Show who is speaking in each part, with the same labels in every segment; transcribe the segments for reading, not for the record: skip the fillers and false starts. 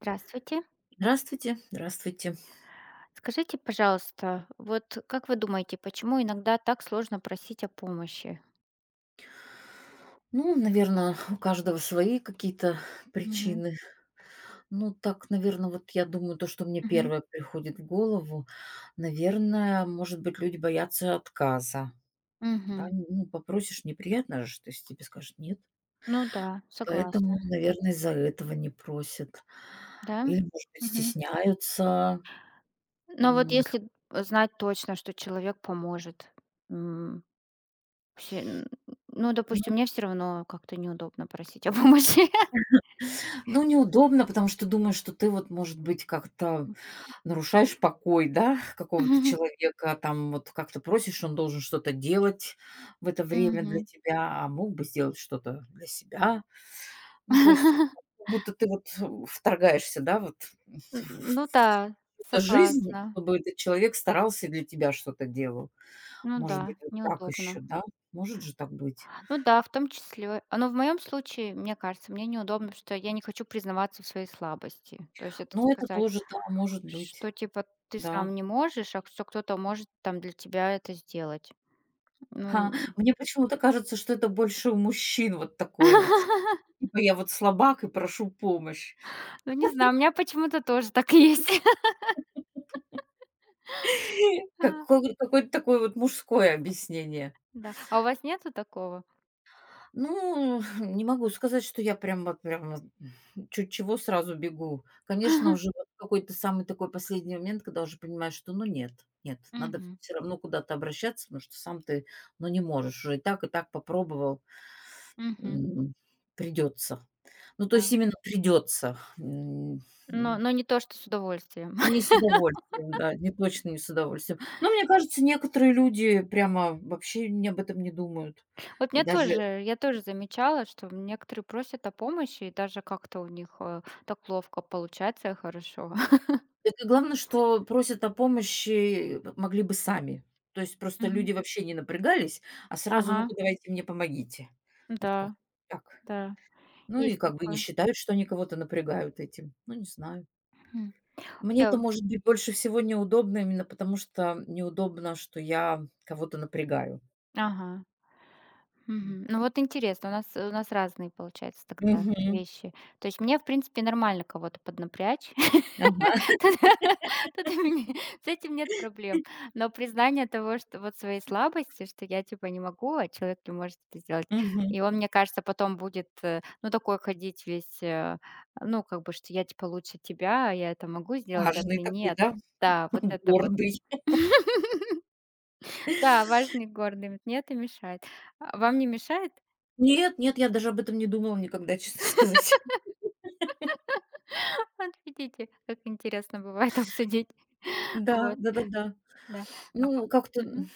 Speaker 1: Здравствуйте.
Speaker 2: Здравствуйте, здравствуйте.
Speaker 1: Скажите, пожалуйста, вот как вы думаете, почему иногда так сложно просить о помощи?
Speaker 2: Ну, наверное, у каждого свои какие-то
Speaker 1: Мгм.
Speaker 2: причины. Ну, так, наверное, вот я думаю, то, что мне
Speaker 1: Мгм.
Speaker 2: первое приходит в голову, наверное, может быть, люди боятся отказа. Да,
Speaker 1: Мгм.
Speaker 2: ну, попросишь, неприятно же, то есть тебе скажут нет.
Speaker 1: Ну да,
Speaker 2: Поэтому,
Speaker 1: согласна.
Speaker 2: наверное, из-за этого не просят.
Speaker 1: Да?
Speaker 2: Или, может быть,
Speaker 1: Мгм.
Speaker 2: стесняются.
Speaker 1: Но вот
Speaker 2: М,
Speaker 1: если знать точно, что человек поможет, м, всё, н- ну,
Speaker 2: Ну,
Speaker 1: допустим, мне все равно как-то неудобно просить о помощи.
Speaker 2: ну, неудобно, потому что думаешь, что ты вот, может быть, как-то нарушаешь покой, да, какого-то
Speaker 1: Мгм.
Speaker 2: человека, там вот как-то просишь, он должен что-то делать в это время для
Speaker 1: Мгм.
Speaker 2: тебя, а мог бы сделать что-то для себя. Ну, то есть как будто ты вот, вторгаешься, да, вот в
Speaker 1: Ну да,
Speaker 2: чью жизнь,
Speaker 1: согласна.
Speaker 2: чтобы этот человек старался и для тебя что-то делал.
Speaker 1: Ну да,
Speaker 2: Может быть, вот так еще,
Speaker 1: неудобно.
Speaker 2: да? Может же так быть?
Speaker 1: Ну да, в том числе. Но в моем случае, мне кажется, мне неудобно, что я не хочу признаваться в своей слабости. То есть это
Speaker 2: Ну, это
Speaker 1: сказать,
Speaker 2: тоже, да, может быть,
Speaker 1: что типа ты
Speaker 2: да.
Speaker 1: сам не можешь, а что кто-то может там для тебя это сделать.
Speaker 2: Ха,
Speaker 1: Ну,
Speaker 2: мне почему-то кажется, что это больше у мужчин вот такое вот, что типа я вот слабак и прошу помощь.
Speaker 1: ну не знаю, у меня почему-то тоже так и есть. А,
Speaker 2: Какой какое-то такое вот мужское объяснение.
Speaker 1: Да. А у вас нету такого?
Speaker 2: Ну, не могу сказать, что я прям вот, чуть чего сразу бегу. Конечно, уже вот какой-то самый такой последний момент, когда уже понимаешь, что ну нет, нет, надо
Speaker 1: Мгм.
Speaker 2: все равно куда-то обращаться, потому что сам ты, ну, не можешь. Уже и так попробовал.
Speaker 1: Мгм.
Speaker 2: М, придётся. Ну, то
Speaker 1: Да.
Speaker 2: есть именно придется.
Speaker 1: Но не то, что с удовольствием.
Speaker 2: Не с удовольствием, да, не точно не с удовольствием. Но мне кажется, некоторые люди прямо вообще не об этом не думают.
Speaker 1: Вот
Speaker 2: И
Speaker 1: мне
Speaker 2: даже
Speaker 1: тоже, я тоже замечала, что некоторые просят о помощи, и даже как-то у них так ловко получается, и хорошо.
Speaker 2: это главное, что просят о помощи, могли бы сами. То есть просто
Speaker 1: Мгм.
Speaker 2: люди вообще не напрягались, а сразу:
Speaker 1: Ага,
Speaker 2: "Ну-ка, давайте мне помогите". Вот как
Speaker 1: да,
Speaker 2: так.
Speaker 1: да,
Speaker 2: Ну и
Speaker 1: есть
Speaker 2: как бы не
Speaker 1: такое.
Speaker 2: считают, что они кого-то напрягают этим. Ну, не знаю.
Speaker 1: Мгм.
Speaker 2: Мне
Speaker 1: Окей.
Speaker 2: это может быть больше всего неудобно именно потому, что неудобно, что я кого-то напрягаю.
Speaker 1: Ага. Мгм. Ну вот интересно, у нас разные, получается, тогда
Speaker 2: Мгм.
Speaker 1: вещи. То есть мне, в принципе, нормально кого-то поднапрячь.
Speaker 2: Ага.
Speaker 1: Тут тут у меня с этим нет проблем. Но признание того, что вот своей слабости, что я типа не могу, а человек не может это сделать.
Speaker 2: Мгм.
Speaker 1: И он, мне кажется, потом будет, ну, такой ходить весь, ну, как бы, что я типа лучше тебя, а я это могу сделать, а
Speaker 2: Важный
Speaker 1: ты
Speaker 2: такой,
Speaker 1: нет.
Speaker 2: да?
Speaker 1: Да, вот это вот.
Speaker 2: Гордый.
Speaker 1: Да, важный, гордый. Мне это мешает. А вам не мешает?
Speaker 2: Нет, нет, я даже об этом не думала никогда, честно сказать.
Speaker 1: Вот видите, как интересно бывает обсудить.
Speaker 2: Да,
Speaker 1: Вот,
Speaker 2: да-да-да.
Speaker 1: да. А б
Speaker 2: Ну, как-то,
Speaker 1: мгм.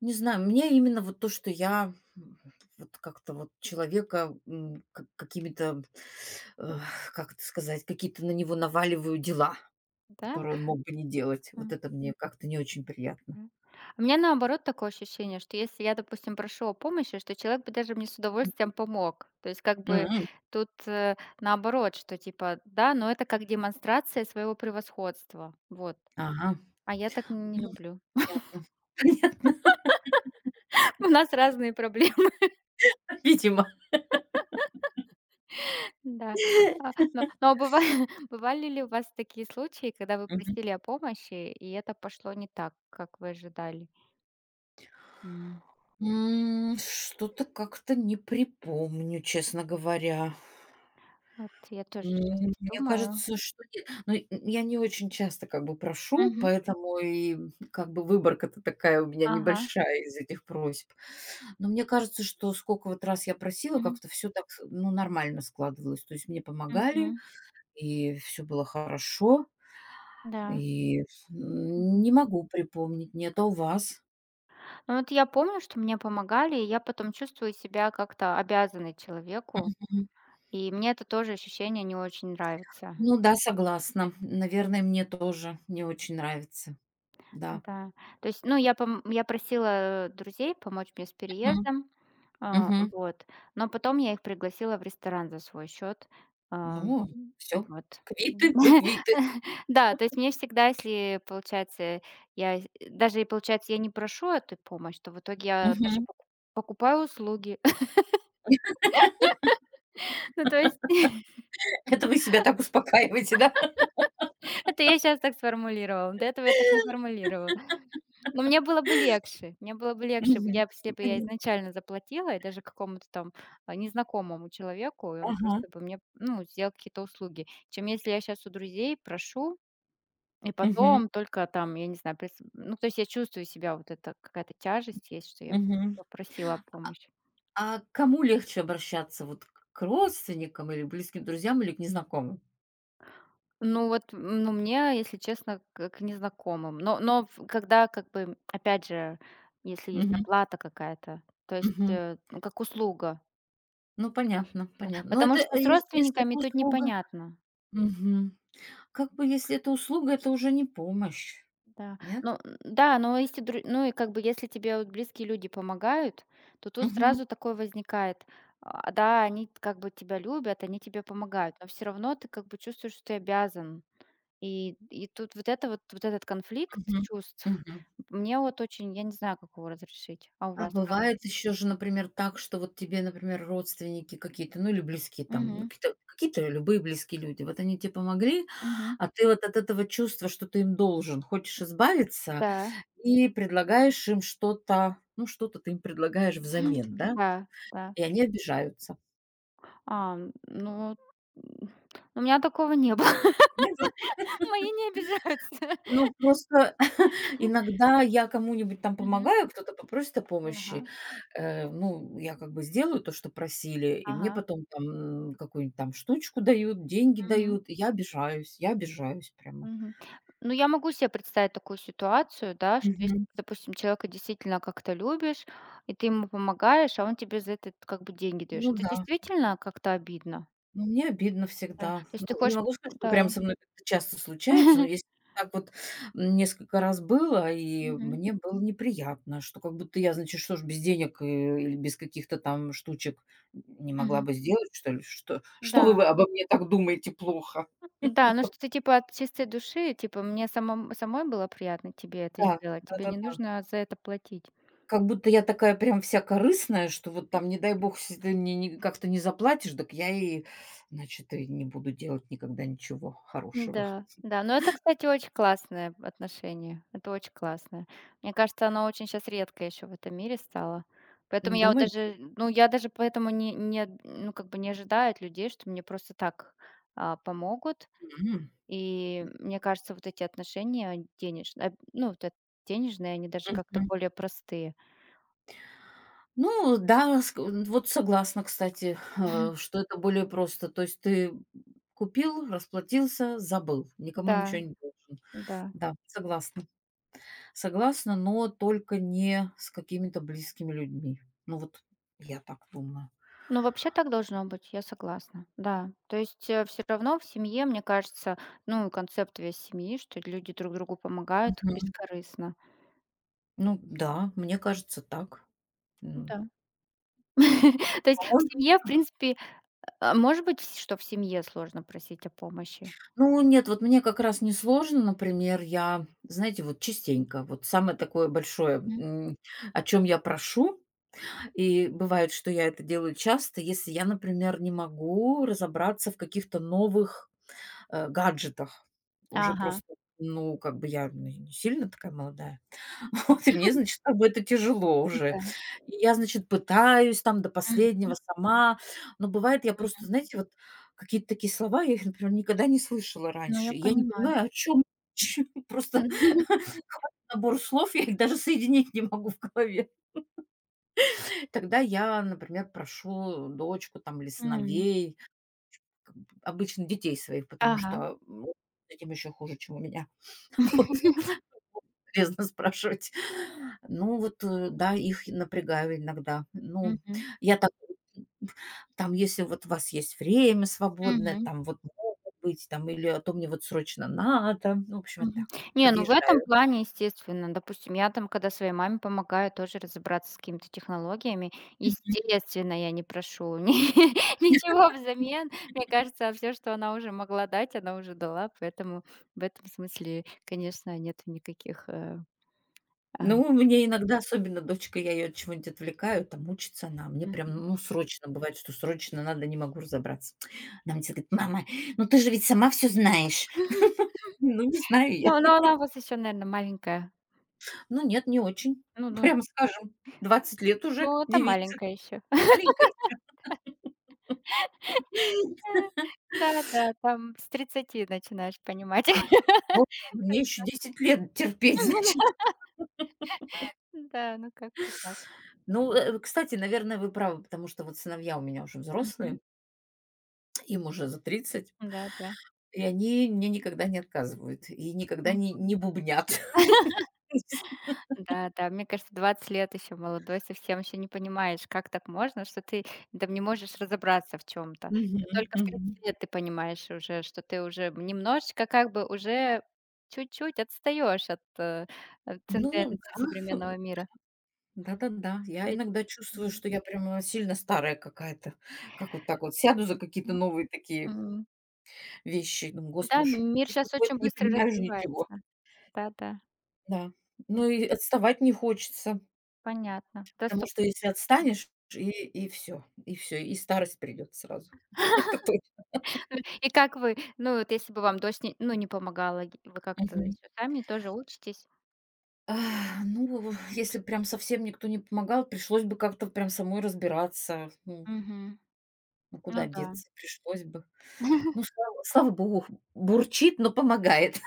Speaker 2: не знаю, мне именно вот то, что я, вот как-то вот человека, как какими-то, э, как это сказать, какие-то на него наваливаю дела,
Speaker 1: Да?
Speaker 2: которые он мог бы не делать. Вот
Speaker 1: М,
Speaker 2: это мне как-то не очень приятно.
Speaker 1: м. У меня наоборот такое ощущение, что если я, допустим, прошу о помощи, что человек бы даже мне с удовольствием помог. То есть как бы
Speaker 2: М.
Speaker 1: тут наоборот, что типа, да, но это как демонстрация своего превосходства. Вот.
Speaker 2: Ага.
Speaker 1: А я так не
Speaker 2: Ну,
Speaker 1: люблю.
Speaker 2: понятно.
Speaker 1: У нас разные проблемы.
Speaker 2: Видимо.
Speaker 1: Да. А, но быва бывали ли у вас такие случаи, когда вы
Speaker 2: Мгм.
Speaker 1: просили о помощи, и это пошло не так, как вы ожидали? М,
Speaker 2: Что-то как-то не припомню, честно говоря.
Speaker 1: вот я тоже сейчас
Speaker 2: Мне
Speaker 1: думаю.
Speaker 2: кажется, что нет. Но й я не очень часто как бы прошу,
Speaker 1: Мгм.
Speaker 2: поэтому и как бы выборка-то такая у меня
Speaker 1: Ага.
Speaker 2: небольшая из этих просьб. Но мне кажется, что сколько вот раз я просила,
Speaker 1: Мгм.
Speaker 2: как-то все так, ну, нормально складывалось. То есть мне помогали,
Speaker 1: Мгм.
Speaker 2: и все было хорошо.
Speaker 1: Да.
Speaker 2: И,
Speaker 1: Мгм.
Speaker 2: не могу припомнить, нет. А у вас?
Speaker 1: Ну, вот я помню, что мне помогали, и я потом чувствую себя как-то обязанной человеку,
Speaker 2: Мгм.
Speaker 1: и мне это тоже ощущение не очень нравится.
Speaker 2: Ну да, согласна. Наверное, мне тоже не очень нравится. Да.
Speaker 1: Да. То есть, ну, я просила, друзей помочь мне с
Speaker 2: Мгм.
Speaker 1: переездом, а,
Speaker 2: Мгм.
Speaker 1: вот, но потом я их пригласила в ресторан за свой счет,
Speaker 2: Ну, все.
Speaker 1: вот. М.
Speaker 2: Квиты, вы квиты.
Speaker 1: Да, то есть мне всегда, если, получается, я с даже и, получается, я не прошу эту помощь, то в итоге я даже
Speaker 2: Мгм.
Speaker 1: поку покупаю услуги. Ну, то есть
Speaker 2: Это вы себя так успокаиваете, да?
Speaker 1: это я сейчас так сформулировала, до этого я так не формулировала. Но мне было бы легче. Мне было бы легче, б
Speaker 2: Мгм.
Speaker 1: я б если
Speaker 2: Ну,
Speaker 1: бы я
Speaker 2: понятно.
Speaker 1: изначально заплатила, и даже какому-то там, незнакомому человеку, и он
Speaker 2: Ага.
Speaker 1: просто бы мне, ну, сделал какие-то услуги, чем если я сейчас у друзей прошу, и
Speaker 2: Мгм.
Speaker 1: потом только там, я не знаю, прис ну, то есть я чувствую себя, вот это какая-то тяжесть есть, что я
Speaker 2: Мгм.
Speaker 1: попросила о помощи.
Speaker 2: А к кому легче обращаться? Вот к родственникам или близким друзьям, или к незнакомым?
Speaker 1: Ну вот, ну, мне, если честно, к незнакомым. Но в когда как бы, опять же, если есть
Speaker 2: Мгм.
Speaker 1: оплата какая-то, то есть,
Speaker 2: Мгм.
Speaker 1: ну, как услуга.
Speaker 2: Ну, понятно,
Speaker 1: Да,
Speaker 2: понятно. Но
Speaker 1: потому
Speaker 2: это,
Speaker 1: что
Speaker 2: э,
Speaker 1: с
Speaker 2: ес если
Speaker 1: родственниками
Speaker 2: это
Speaker 1: тут
Speaker 2: услуга.
Speaker 1: непонятно.
Speaker 2: Мгм. Как бы если это услуга, это уже не помощь,
Speaker 1: Да.
Speaker 2: нет?
Speaker 1: Ну, да, но если дру ну и как бы если тебе вот близкие люди помогают, то тут
Speaker 2: Мгм.
Speaker 1: сразу такое возникает. А, да, они как бы тебя любят, они тебе помогают, но все равно ты как бы чувствуешь, что ты обязан. И тут вот этот конфликт
Speaker 2: Мгм.
Speaker 1: чувств,
Speaker 2: Мгм.
Speaker 1: мне вот очень я не знаю, как его разрешить. А у
Speaker 2: А
Speaker 1: вас как?
Speaker 2: бывает еще же, например, так, что вот тебе, например, родственники какие-то, ну или близкие там, ну,
Speaker 1: Мгм,
Speaker 2: какие-то любые близкие люди, вот они тебе помогли,
Speaker 1: мгм.
Speaker 2: а ты вот от этого чувства, что ты им должен, хочешь избавиться
Speaker 1: Да,
Speaker 2: и предлагаешь им что-то, ну что-то ты им предлагаешь взамен, да,
Speaker 1: да, да.
Speaker 2: и они обижаются.
Speaker 1: А, ну, м, у меня такого не было.
Speaker 2: Нет, вот,
Speaker 1: Мои не обижаются.
Speaker 2: ну просто иногда я кому-нибудь там
Speaker 1: Мгм.
Speaker 2: помогаю, кто-то попросит о
Speaker 1: Ага,
Speaker 2: помощи. Ну, я как бы сделаю то, что просили, и мне
Speaker 1: ага.
Speaker 2: потом там какую-нибудь там штучку дают, деньги
Speaker 1: Мгм,
Speaker 2: дают. И я обижаюсь, я обижаюсь прямо.
Speaker 1: мгм. Ну, я могу себе представить такую ситуацию, да, что если,
Speaker 2: Мгм.
Speaker 1: допустим, человека действительно как-то любишь, и ты ему помогаешь, а он тебе за это как бы деньги даёшь.
Speaker 2: Ну
Speaker 1: Это
Speaker 2: да.
Speaker 1: действительно как-то обидно,
Speaker 2: Ну, мне обидно
Speaker 1: да. То
Speaker 2: всегда.
Speaker 1: есть
Speaker 2: Ну,
Speaker 1: ты
Speaker 2: не
Speaker 1: хочешь п
Speaker 2: могу сказать, что
Speaker 1: да.
Speaker 2: прям со мной как-то часто случается, но если так вот несколько раз было, и
Speaker 1: Мгм,
Speaker 2: мне было неприятно, что как будто я, значит, что ж, без денег, или без каких-то там штучек не могла
Speaker 1: мгм.
Speaker 2: бы сделать, что ли? Что, что
Speaker 1: Да,
Speaker 2: вы обо мне так думаете плохо?
Speaker 1: да, ну, что ты типа от чистой души, типа: "Мне самом самой было приятно тебе это
Speaker 2: Да,
Speaker 1: сделать, тебе не
Speaker 2: да-да-да.
Speaker 1: нужно за это платить".
Speaker 2: Как будто я такая прям вся корыстная, что вот там, не дай бог, если ты мне как-то не заплатишь, так я и, значит, и не буду делать никогда ничего хорошего.
Speaker 1: Да, да. Но это, кстати, очень классное отношение. Это очень классное. Мне кажется, оно очень сейчас редко еще в этом мире стало. Поэтому я вот
Speaker 2: Думаете?
Speaker 1: даже, ну, я даже поэтому не не об- ну, как бы не ожидаю от людей, что мне просто так, помогут.
Speaker 2: Мгм.
Speaker 1: И мне кажется, вот эти отношения денежные, ну, вот эт денежные, они даже как-то
Speaker 2: Мгм.
Speaker 1: более простые.
Speaker 2: Ну да, ск вот согласна, кстати, что это более просто. То есть ты купил, расплатился, забыл, никому
Speaker 1: Да,
Speaker 2: ничего не должен.
Speaker 1: да.
Speaker 2: Да, согласна. Согласна, но только не с какими-то близкими людьми. Ну вот я так думаю.
Speaker 1: Ну, вообще так должно быть, я согласна. Да. То есть все равно в семье, мне кажется, ну, концепт весь семьи, что люди друг другу помогают
Speaker 2: Мгм.
Speaker 1: бескорыстно.
Speaker 2: Ну да, мне кажется, так. М,
Speaker 1: Да. То есть в
Speaker 2: по-моему.
Speaker 1: семье, в принципе, что в семье сложно просить о помощи.
Speaker 2: Ну нет, вот мне как раз несложно, например, я, знаете, вот частенько, вот самое такое большое,
Speaker 1: Мгм.
Speaker 2: о чем я прошу. И бывает, что я это делаю часто, если я, например, не могу разобраться в каких-то новых, гаджетах. Уже
Speaker 1: Ага.
Speaker 2: просто, ну, как бы я, ну, не сильно такая молодая. Вот, и мне, значит, как бы это тяжело уже.
Speaker 1: Да.
Speaker 2: И я, значит, пытаюсь там до
Speaker 1: Мгм.
Speaker 2: последнего сама. Но бывает, я просто,
Speaker 1: Мгм.
Speaker 2: знаете, вот какие-то такие слова, я их, например, никогда не слышала
Speaker 1: Ну, я
Speaker 2: раньше. И я не
Speaker 1: понимаю.
Speaker 2: понимаю, о чем. Просто набор слов, я их даже соединить не могу в голове. Тогда я, например, прошу дочку там или
Speaker 1: М.
Speaker 2: сыновей, как бы обычно детей своих, потому
Speaker 1: Ага.
Speaker 2: что, с этим еще хуже, чем у меня. Вот, полезно спрашивать. Ну вот, да, их напрягаю иногда. Ну,
Speaker 1: Мгм.
Speaker 2: я так, там, если вот у вас есть время свободное,
Speaker 1: Мгм.
Speaker 2: там вот может быть, там или а то мне вот срочно надо. Ну, в общем, вот так
Speaker 1: Мгм.
Speaker 2: вот
Speaker 1: Не, ну в этом
Speaker 2: подъезжаю.
Speaker 1: плане, естественно. Допустим, я там, когда своей маме помогаю тоже разобраться с какими-то технологиями, естественно, я не прошу ни ничего взамен. Мне кажется, все, что она уже могла дать, она уже дала, поэтому в этом смысле, конечно, нет никаких, а
Speaker 2: Ну, мне иногда, особенно дочка, я ее от чего-нибудь отвлекаю, там учится она, а мне прям,
Speaker 1: Мгм.
Speaker 2: ну, срочно, бывает, что срочно надо, не могу разобраться. Она мне всегда говорит: "Мама, ну ты же ведь сама все знаешь". Ну, не знаю я.
Speaker 1: Но она у вас еще, наверное, маленькая.
Speaker 2: Ну, нет, не очень.
Speaker 1: Ну ну
Speaker 2: Прям, скажем, 20 лет уже
Speaker 1: ну, это
Speaker 2: девица,
Speaker 1: маленькая еще.
Speaker 2: маленькая.
Speaker 1: Да-да, там с 30 начинаешь понимать.
Speaker 2: Вот мне еще 10 лет терпеть, значит.
Speaker 1: Да, ну как-то так.
Speaker 2: Ну, кстати, наверное, вы правы, потому что вот сыновья у меня уже
Speaker 1: Мгм.
Speaker 2: взрослые, им уже за 30,
Speaker 1: Да-да.
Speaker 2: и они мне никогда не отказывают, и никогда
Speaker 1: М.
Speaker 2: не бубнят.
Speaker 1: Да-да, мне кажется, 20 лет еще молодой, совсем еще не понимаешь, как так можно, что ты там не можешь разобраться в чем то
Speaker 2: Мгм,
Speaker 1: только в
Speaker 2: мгм.
Speaker 1: 30 лет ты понимаешь уже, что ты уже немножечко как бы уже чуть-чуть отстаешь от от
Speaker 2: Ну да,
Speaker 1: тенденций современного мира.
Speaker 2: да-да-да. Я
Speaker 1: Ведь
Speaker 2: иногда чувствую,
Speaker 1: М.
Speaker 2: что я прямо сильно старая какая-то. Как вот так вот сяду за какие-то
Speaker 1: М,
Speaker 2: новые такие
Speaker 1: м.
Speaker 2: вещи и думаю: "Господи,
Speaker 1: Да,
Speaker 2: ну что
Speaker 1: мир
Speaker 2: ж
Speaker 1: сейчас
Speaker 2: такое-то,
Speaker 1: очень
Speaker 2: не
Speaker 1: быстро
Speaker 2: понимаю
Speaker 1: развивается.
Speaker 2: ничего".
Speaker 1: Да-да,
Speaker 2: Да.
Speaker 1: м,
Speaker 2: Ну и отставать не хочется,
Speaker 1: понятно. Да,
Speaker 2: потому
Speaker 1: 100
Speaker 2: что если отстанешь, и всё, и все, и старость придет сразу. Это точно.
Speaker 1: И как вы, ну, вот если бы вам дочь не ну, не помогала, г вы как-то
Speaker 2: Мгм.
Speaker 1: ещё сами тоже учитесь?
Speaker 2: А, ну, если прям совсем никто не помогал, пришлось бы как-то прям самой разбираться. Ну,
Speaker 1: Мгм.
Speaker 2: ну,
Speaker 1: Ну
Speaker 2: куда
Speaker 1: да.
Speaker 2: деться? Пришлось бы. Ну, слава богу, бурчит, но помогает.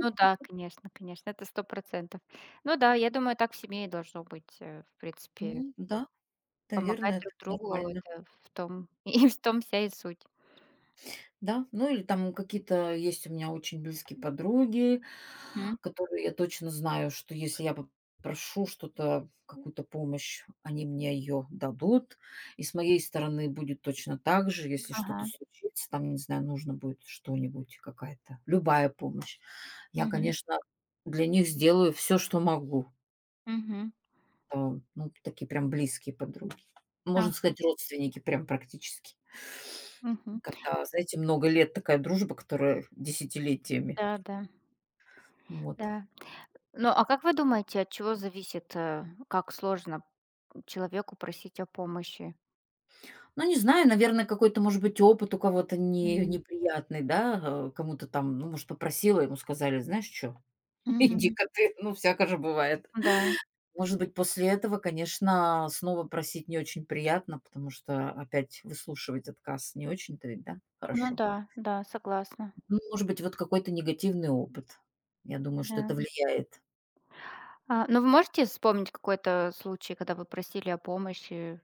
Speaker 1: Ну да, конечно, конечно, это сто процентов. Ну да, я думаю, так в семье и должно быть, в принципе.
Speaker 2: Ну да,
Speaker 1: Помогать
Speaker 2: наверное, это
Speaker 1: друг другу-
Speaker 2: нормально.
Speaker 1: это в том и в том вся и суть.
Speaker 2: Да, ну или там какие-то есть у меня очень близкие подруги,
Speaker 1: Мгм.
Speaker 2: которые я точно знаю, что если я попрошу что-то, какую-то помощь, они мне ее дадут. И с моей стороны будет точно так же, если что-то
Speaker 1: Ага.
Speaker 2: случится, там, не знаю, нужно будет что-нибудь, какая-то, любая помощь. Я,
Speaker 1: Мгм.
Speaker 2: конечно, для них сделаю все, что могу.
Speaker 1: Мгм.
Speaker 2: Э, ну, такие прям близкие подруги.
Speaker 1: А.
Speaker 2: Можно сказать, родственники прям практически.
Speaker 1: Мгм.
Speaker 2: Когда, знаете, много лет такая дружба, которая десятилетиями.
Speaker 1: Да, да,
Speaker 2: Вот.
Speaker 1: да. Ну, а как вы думаете, от чего зависит, как сложно человеку просить о помощи?
Speaker 2: Ну, не знаю, наверное, какой-то, может быть, опыт у кого-то не
Speaker 1: М.
Speaker 2: неприятный, да, кому-то там, ну, может, попросила, ему сказали: "Знаешь что,
Speaker 1: Мгм.
Speaker 2: иди-ка ты". Ну, всяко же бывает.
Speaker 1: Да.
Speaker 2: Может быть, после этого, конечно, снова просить не очень приятно, потому что опять выслушивать отказ не очень-то ведь, да,
Speaker 1: Ну
Speaker 2: хорошо.
Speaker 1: да, да, согласна.
Speaker 2: Ну, может быть, вот какой-то негативный опыт. Я думаю, что
Speaker 1: Да.
Speaker 2: это влияет.
Speaker 1: Ну, вы можете вспомнить какой-то случай, когда вы просили о помощи,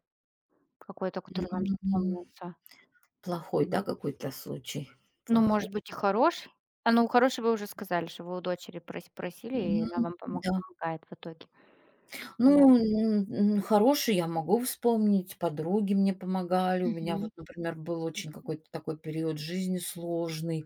Speaker 1: какой-то, который вам
Speaker 2: Мгм.
Speaker 1: запомнился?
Speaker 2: Плохой, да, какой-то случай?
Speaker 1: Ну,
Speaker 2: Плохой.
Speaker 1: может быть, и хороший? Ну, хороший вы уже сказали, что вы у дочери просили, и она
Speaker 2: Ну
Speaker 1: вам
Speaker 2: да.
Speaker 1: помогает в итоге.
Speaker 2: Ну,
Speaker 1: Да.
Speaker 2: н н хороший я могу вспомнить, подруги мне помогали. У меня
Speaker 1: Мгм.
Speaker 2: вот, например, был очень какой-то такой период жизни сложный,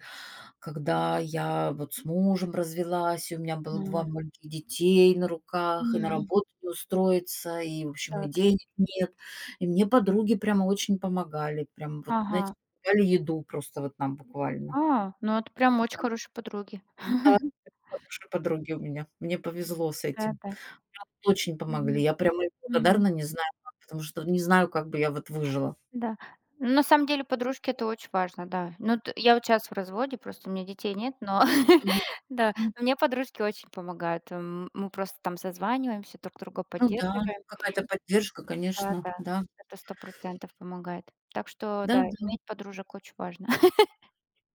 Speaker 2: когда я вот с мужем развелась, и у меня было 2
Speaker 1: М.
Speaker 2: маленьких детей на руках, и на
Speaker 1: М.
Speaker 2: работу не устроиться, и, в
Speaker 1: Да,
Speaker 2: общем, и
Speaker 1: да.
Speaker 2: денег нет. И мне подруги прямо очень помогали. Прям вот, знаете,
Speaker 1: Ага.
Speaker 2: давали еду просто вот нам буквально.
Speaker 1: Ну это прям очень хорошие подруги.
Speaker 2: Да, хорошие подруги у меня. Мне повезло с
Speaker 1: Да,
Speaker 2: этим.
Speaker 1: да.
Speaker 2: Очень помогли.
Speaker 1: Мгм.
Speaker 2: Я прямо им
Speaker 1: Мгм.
Speaker 2: благодарна, не знаю как, потому что не знаю, как бы я вот выжила.
Speaker 1: Да. Ну, на самом деле, подружки- это очень важно, да. Ну, т я вот щас в разводе, просто у меня детей нет, но
Speaker 2: Мгм.
Speaker 1: да,
Speaker 2: Мгм.
Speaker 1: но мне подружки очень помогают. Мы просто там созваниваемся, друг друга
Speaker 2: Ну да,
Speaker 1: поддерживаем.
Speaker 2: какая-то поддержка, конечно,
Speaker 1: Да-да,
Speaker 2: да.
Speaker 1: это сто процентов помогает. Так что да,
Speaker 2: Да-да.
Speaker 1: иметь подружек очень важно.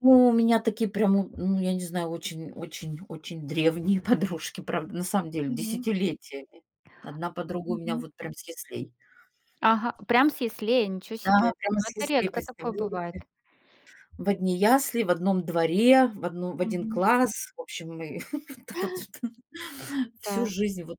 Speaker 2: Ну, у меня такие прям, у ну, я не знаю, очень очень очень древние подружки, правда, на самом деле,
Speaker 1: Мгм,
Speaker 2: десятилетиями. Одна подруга у меня
Speaker 1: мгм.
Speaker 2: вот прям с яслей.
Speaker 1: Ага, прям с яслей, ничего
Speaker 2: Да,
Speaker 1: себе.
Speaker 2: прямо
Speaker 1: Ну,
Speaker 2: с
Speaker 1: это
Speaker 2: яслей,
Speaker 1: редко такое бывает.
Speaker 2: представляете? В одни ясли, в одном дворе, в один
Speaker 1: Мгм,
Speaker 2: класс. В общем, мы так вот всю
Speaker 1: да.
Speaker 2: жизнь вот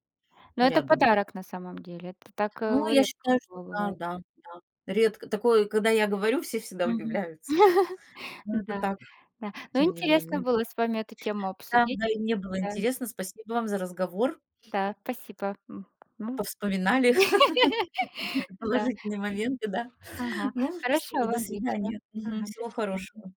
Speaker 1: Но это
Speaker 2: рядом.
Speaker 1: подарок на самом деле. Это так,
Speaker 2: Ну, я
Speaker 1: редко у
Speaker 2: считаю, что
Speaker 1: кого
Speaker 2: да,
Speaker 1: бывает.
Speaker 2: да, да. Редко такое, когда я говорю, все всегда
Speaker 1: Мгм.
Speaker 2: удивляются. Но это
Speaker 1: Да.
Speaker 2: так,
Speaker 1: Да. Ну,
Speaker 2: тем не
Speaker 1: интересно
Speaker 2: менее.
Speaker 1: было с вами эту тему
Speaker 2: Да,
Speaker 1: обсудить.
Speaker 2: да, и мне было
Speaker 1: Да,
Speaker 2: интересно. Спасибо вам за разговор.
Speaker 1: да, спасибо. Ну.
Speaker 2: Повспоминали какие-то
Speaker 1: Да.
Speaker 2: положительные моменты, да.
Speaker 1: Ага.
Speaker 2: Ну,
Speaker 1: Хорошего
Speaker 2: спасибо, до
Speaker 1: вам вечера.
Speaker 2: свидания. Мгм,
Speaker 1: Ага, до
Speaker 2: всего
Speaker 1: свидания.
Speaker 2: хорошего.